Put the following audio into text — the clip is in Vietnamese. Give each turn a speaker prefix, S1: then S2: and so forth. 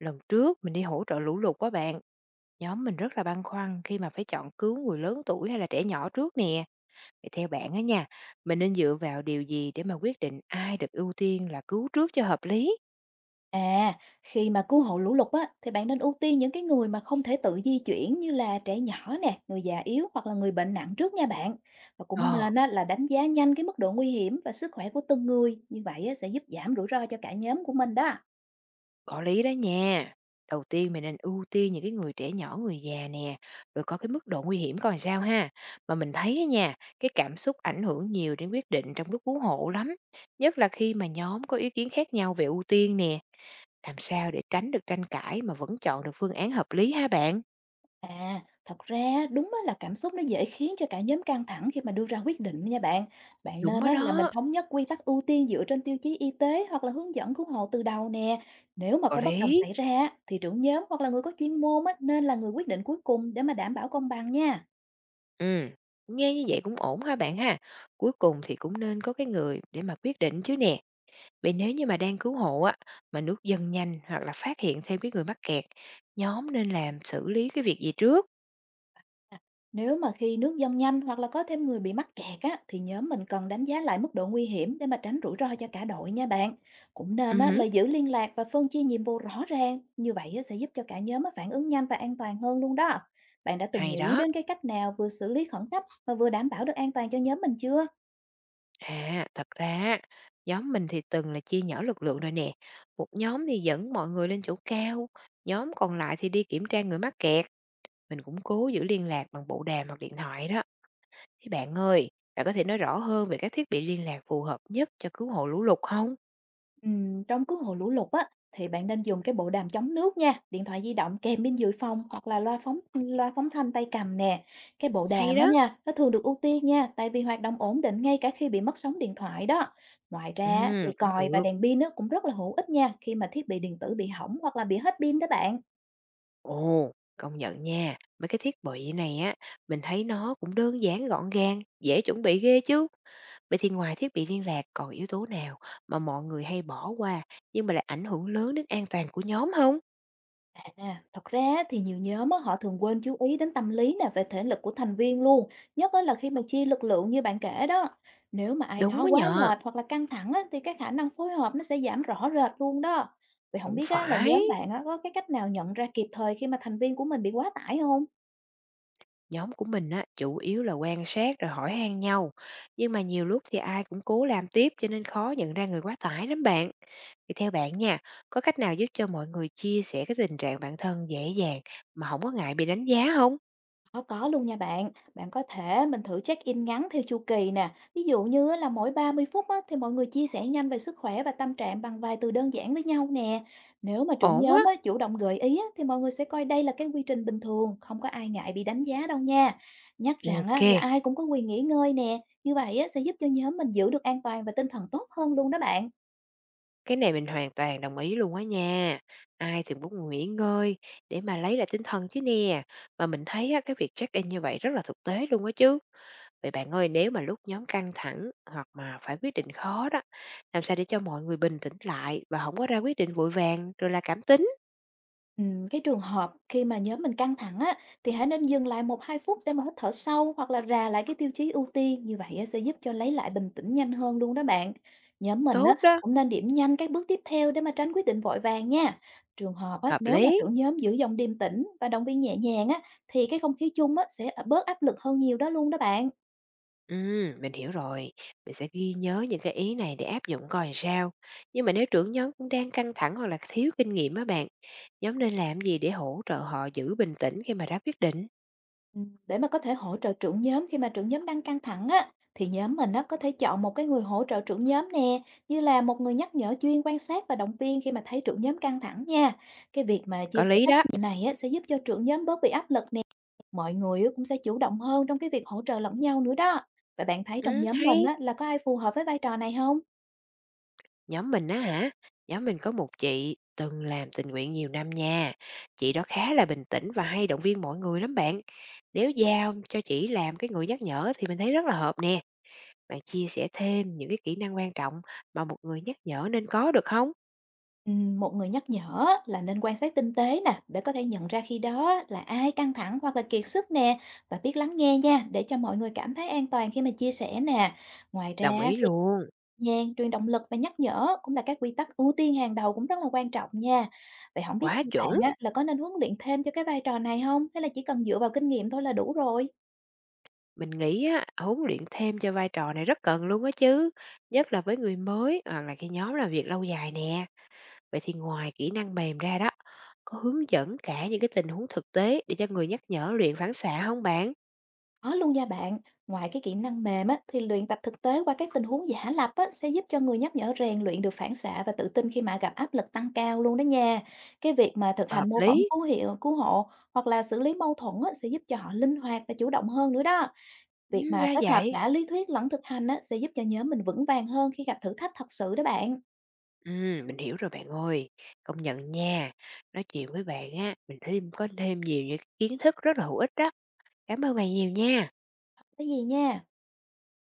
S1: Lần trước mình đi hỗ trợ lũ lụt quá bạn, nhóm mình rất là băn khoăn khi mà phải chọn cứu người lớn tuổi hay là trẻ nhỏ trước nè. Vậy theo bạn á nha, mình nên dựa vào điều gì để mà quyết định ai được ưu tiên là cứu trước cho hợp lý?
S2: À, khi mà cứu hộ lũ lụt á, thì bạn nên ưu tiên những cái người mà không thể tự di chuyển như là trẻ nhỏ nè, người già yếu hoặc là người bệnh nặng trước nha bạn. Và cũng
S1: Ờ,
S2: nên á, là đánh giá nhanh cái mức độ nguy hiểm và sức khỏe của từng người. Như vậy á, sẽ giúp giảm rủi ro cho cả nhóm của mình đó.
S1: có lý đó nha. Đầu tiên mình nên ưu tiên những cái người trẻ nhỏ, người già nè, rồi có cái mức độ nguy hiểm còn sao ha. Mà mình thấy á nha, cái cảm xúc ảnh hưởng nhiều đến quyết định trong lúc cứu hộ lắm, nhất là khi mà nhóm có ý kiến khác nhau về ưu tiên nè. Làm sao để tránh được tranh cãi mà vẫn chọn được phương án hợp lý ha bạn?
S2: À, thật ra á, đúng á là cảm xúc nó dễ khiến cho cả nhóm căng thẳng khi mà đưa ra quyết định nha bạn. Bạn
S1: Đúng
S2: nên
S1: đó
S2: á là mình
S1: đó,
S2: thống nhất quy tắc ưu tiên dựa trên tiêu chí y tế hoặc là hướng dẫn cứu hộ từ đầu nè. Nếu mà
S1: có
S2: có bất đồng
S1: lý.
S2: xảy ra á, thì trưởng nhóm hoặc là người có chuyên môn á, nên là người quyết định cuối cùng để mà đảm bảo công bằng nha.
S1: Ừm, Nghe như vậy cũng ổn ha bạn ha. Cuối cùng thì cũng nên có cái người để mà quyết định chứ nè. Vậy nếu như mà đang cứu hộ á, mà nước dâng nhanh hoặc là phát hiện thêm cái người mắc kẹt, nhóm nên làm xử lý cái việc gì trước?
S2: À, nếu mà khi nước dâng nhanh hoặc là có thêm người bị mắc kẹt á, thì nhóm mình cần đánh giá lại mức độ nguy hiểm để mà tránh rủi ro cho cả đội nha bạn. Cũng
S1: Ừ,
S2: nên á,
S1: hử,
S2: là giữ liên lạc và phân chia nhiệm vụ rõ ràng. Như vậy á, sẽ giúp cho cả nhóm á, phản ứng nhanh và an toàn hơn luôn đó. Bạn đã từng
S1: hay
S2: nghĩ
S1: đó.
S2: đến cái cách nào vừa xử lý khẩn cấp mà vừa đảm bảo được an toàn cho nhóm mình chưa?
S1: À, thật ra á, nhóm mình thì từng là chia nhỏ lực lượng rồi nè. Một nhóm thì dẫn mọi người lên chỗ cao, nhóm còn lại thì đi kiểm tra người mắc kẹt. Mình cũng cố giữ liên lạc bằng bộ đàm hoặc điện thoại đó. Thế bạn ơi, bạn có thể nói rõ hơn về các thiết bị liên lạc phù hợp nhất cho cứu hộ lũ lụt không?
S2: Trong cứu hộ lũ lụt á, thì bạn nên dùng cái bộ đàm chống nước nha, điện thoại di động kèm bên dự phòng hoặc là loa phóng thanh tay cầm nè. Cái bộ
S1: Hay
S2: đàm á
S1: đó.
S2: nha, nó thường được ưu tiên nha, tại vì hoạt động ổn định ngay cả khi bị mất sóng điện thoại đó. Ngoài
S1: Ừ,
S2: ra á, thì
S1: cũng
S2: còi và
S1: được.
S2: đèn pin á, cũng rất là hữu ích nha, khi mà thiết bị điện tử bị hỏng hoặc là bị hết pin đó bạn.
S1: Ồ, công nhận nha. Mấy cái thiết bị này á, mình thấy nó cũng đơn giản gọn gàng, dễ chuẩn bị ghê chứ. Vậy thì ngoài thiết bị liên lạc còn yếu tố nào mà mọi người hay bỏ qua nhưng mà lại ảnh hưởng lớn đến an toàn của nhóm không?
S2: À, thật ra á, thì nhiều nhóm á, họ thường quên chú ý đến tâm lý nè về thể lực của thành viên luôn, nhất á là khi mà chia lực lượng như bạn kể đó. Nếu mà ai
S1: Đúng
S2: đó
S1: đó
S2: quá
S1: nhờ.
S2: mệt hoặc là căng thẳng á, thì cái khả năng phối hợp nó sẽ giảm rõ rệt luôn đó. Vậy không
S1: Cũng
S2: biết á, là
S1: phải.
S2: nhóm bạn á, có cái cách nào nhận ra kịp thời khi mà thành viên của mình bị quá tải không?
S1: Nhóm của mình á, chủ yếu là quan sát rồi hỏi han nhau, nhưng mà nhiều lúc thì ai cũng cố làm tiếp cho nên khó nhận ra người quá tải lắm bạn. Thì theo bạn nha, có cách nào giúp cho mọi người chia sẻ cái tình trạng bản thân dễ dàng mà không có ngại bị đánh giá không?
S2: Có luôn nha bạn. Bạn có thể mình thử check-in ngắn theo chu kỳ nè. Ví dụ như á là mỗi 30 phút á, thì mọi người chia sẻ nhanh về sức khỏe và tâm trạng bằng vài từ đơn giản với nhau nè. Nếu mà trưởng
S1: Ổn
S2: nhóm
S1: á.
S2: á, chủ động gợi ý á, thì mọi người sẽ coi đây là cái quy trình bình thường, không có ai ngại bị đánh giá đâu nha. Nhắc rằng
S1: Ok,
S2: á, là ai cũng có quyền nghỉ ngơi nè. Như vậy á, sẽ giúp cho nhóm mình giữ được an toàn và tinh thần tốt hơn luôn đó bạn.
S1: cái này mình hoàn toàn đồng ý luôn á nha. Ai thì muốn nghỉ ngơi để mà lấy lại tinh thần chứ nè. Mà mình thấy á, cái việc check in như vậy rất là thực tế luôn á chứ. Vậy bạn ơi, nếu mà lúc nhóm căng thẳng hoặc mà phải quyết định khó đó, làm sao để cho mọi người bình tĩnh lại và không có ra quyết định vội vàng rồi là cảm tính,
S2: Cái trường hợp khi mà nhóm mình căng thẳng á, thì hãy nên dừng lại một hai phút để mà hít thở sâu hoặc là rà lại cái tiêu chí ưu tiên, như vậy á, sẽ giúp cho lấy lại bình tĩnh nhanh hơn luôn đó bạn. Nhóm mình á,
S1: tốt đó,
S2: cũng nên điểm nhanh các bước tiếp theo để mà tránh quyết định vội vàng nha. Trường hợp á,
S1: hợp
S2: nếu mà
S1: lý.
S2: trưởng nhóm giữ giọng điềm tĩnh và động viên nhẹ nhàng á, thì cái không khí chung á, sẽ bớt áp lực hơn nhiều đó luôn đó bạn.
S1: Ừ, mình hiểu rồi. Mình sẽ ghi nhớ những cái ý này để áp dụng coi làm sao. Nhưng mà nếu trưởng nhóm cũng đang căng thẳng hoặc là thiếu kinh nghiệm á bạn, nhóm nên làm gì để hỗ trợ họ giữ bình tĩnh khi mà ra quyết định?
S2: Để mà có thể hỗ trợ trưởng nhóm khi mà trưởng nhóm đang căng thẳng á, thì nhóm mình á, có thể chọn một cái người hỗ trợ trưởng nhóm nè, như là một người nhắc nhở chuyên quan sát và động viên khi mà thấy trưởng nhóm căng thẳng nha. Cái việc mà chia
S1: Có
S2: sẻ
S1: lý
S2: trách
S1: đó.
S2: nhiệm này á, sẽ giúp cho trưởng nhóm bớt bị áp lực nè, mọi người á, cũng sẽ chủ động hơn trong cái việc hỗ trợ lẫn nhau nữa đó. Và bạn thấy trong
S1: Ừ,
S2: nhóm mình
S1: hay.
S2: á, là có ai phù hợp với vai trò này không?
S1: Nhóm mình á hả? Nhóm mình có một chị từng làm tình nguyện nhiều năm nha. Chị đó khá là bình tĩnh và hay động viên mọi người lắm bạn. Nếu giao cho chị làm cái người nhắc nhở thì mình thấy rất là hợp nè. Bạn chia sẻ thêm những cái kỹ năng quan trọng mà một người nhắc nhở nên có được không?
S2: Một người nhắc nhở là nên quan sát tinh tế nè để có thể nhận ra khi đó là ai căng thẳng hoặc là kiệt sức nè, và biết lắng nghe nha để cho mọi người cảm thấy an toàn khi mà chia sẻ nè. Ngoài ra
S1: Đồng ý
S2: thì
S1: luôn.
S2: nhàn truyền động lực và nhắc nhở cũng là các quy tắc ưu tiên hàng đầu cũng rất là quan trọng nha. Vậy không biết
S1: Quá
S2: thì bạn
S1: chuẩn.
S2: á, là có nên huấn luyện thêm cho cái vai trò này không hay là chỉ cần dựa vào kinh nghiệm thôi là đủ rồi?
S1: Mình nghĩ á, huấn luyện thêm cho vai trò này rất cần luôn á chứ. Nhất là với người mới hoặc là cái nhóm làm việc lâu dài nè. Vậy thì ngoài kỹ năng mềm ra đó, có hướng dẫn cả những cái tình huống thực tế để cho người nhắc nhở luyện phản xạ không bạn?
S2: Có luôn nha bạn, ngoài cái kỹ năng mềm á, thì luyện tập thực tế qua các tình huống giả lập á, sẽ giúp cho người nhắc nhở rèn luyện được phản xạ và tự tin khi mà gặp áp lực tăng cao luôn đó nha. Cái việc mà thực
S1: Và
S2: hành
S1: hợp
S2: mô phỏng
S1: lý.
S2: cứu hộ hoặc là xử lý mâu thuẫn á, sẽ giúp cho họ linh hoạt và chủ động hơn nữa đó. Việc mà
S1: Ra
S2: kết hợp
S1: vậy.
S2: cả lý thuyết lẫn thực hành á, sẽ giúp cho nhóm mình vững vàng hơn khi gặp thử thách thật sự đó bạn.
S1: Mình hiểu rồi bạn ơi. Công nhận nha, nói chuyện với bạn á, mình có thêm nhiều những kiến thức rất là hữu ích đó. Cảm ơn bạn nhiều nha.
S2: Cái gì nha.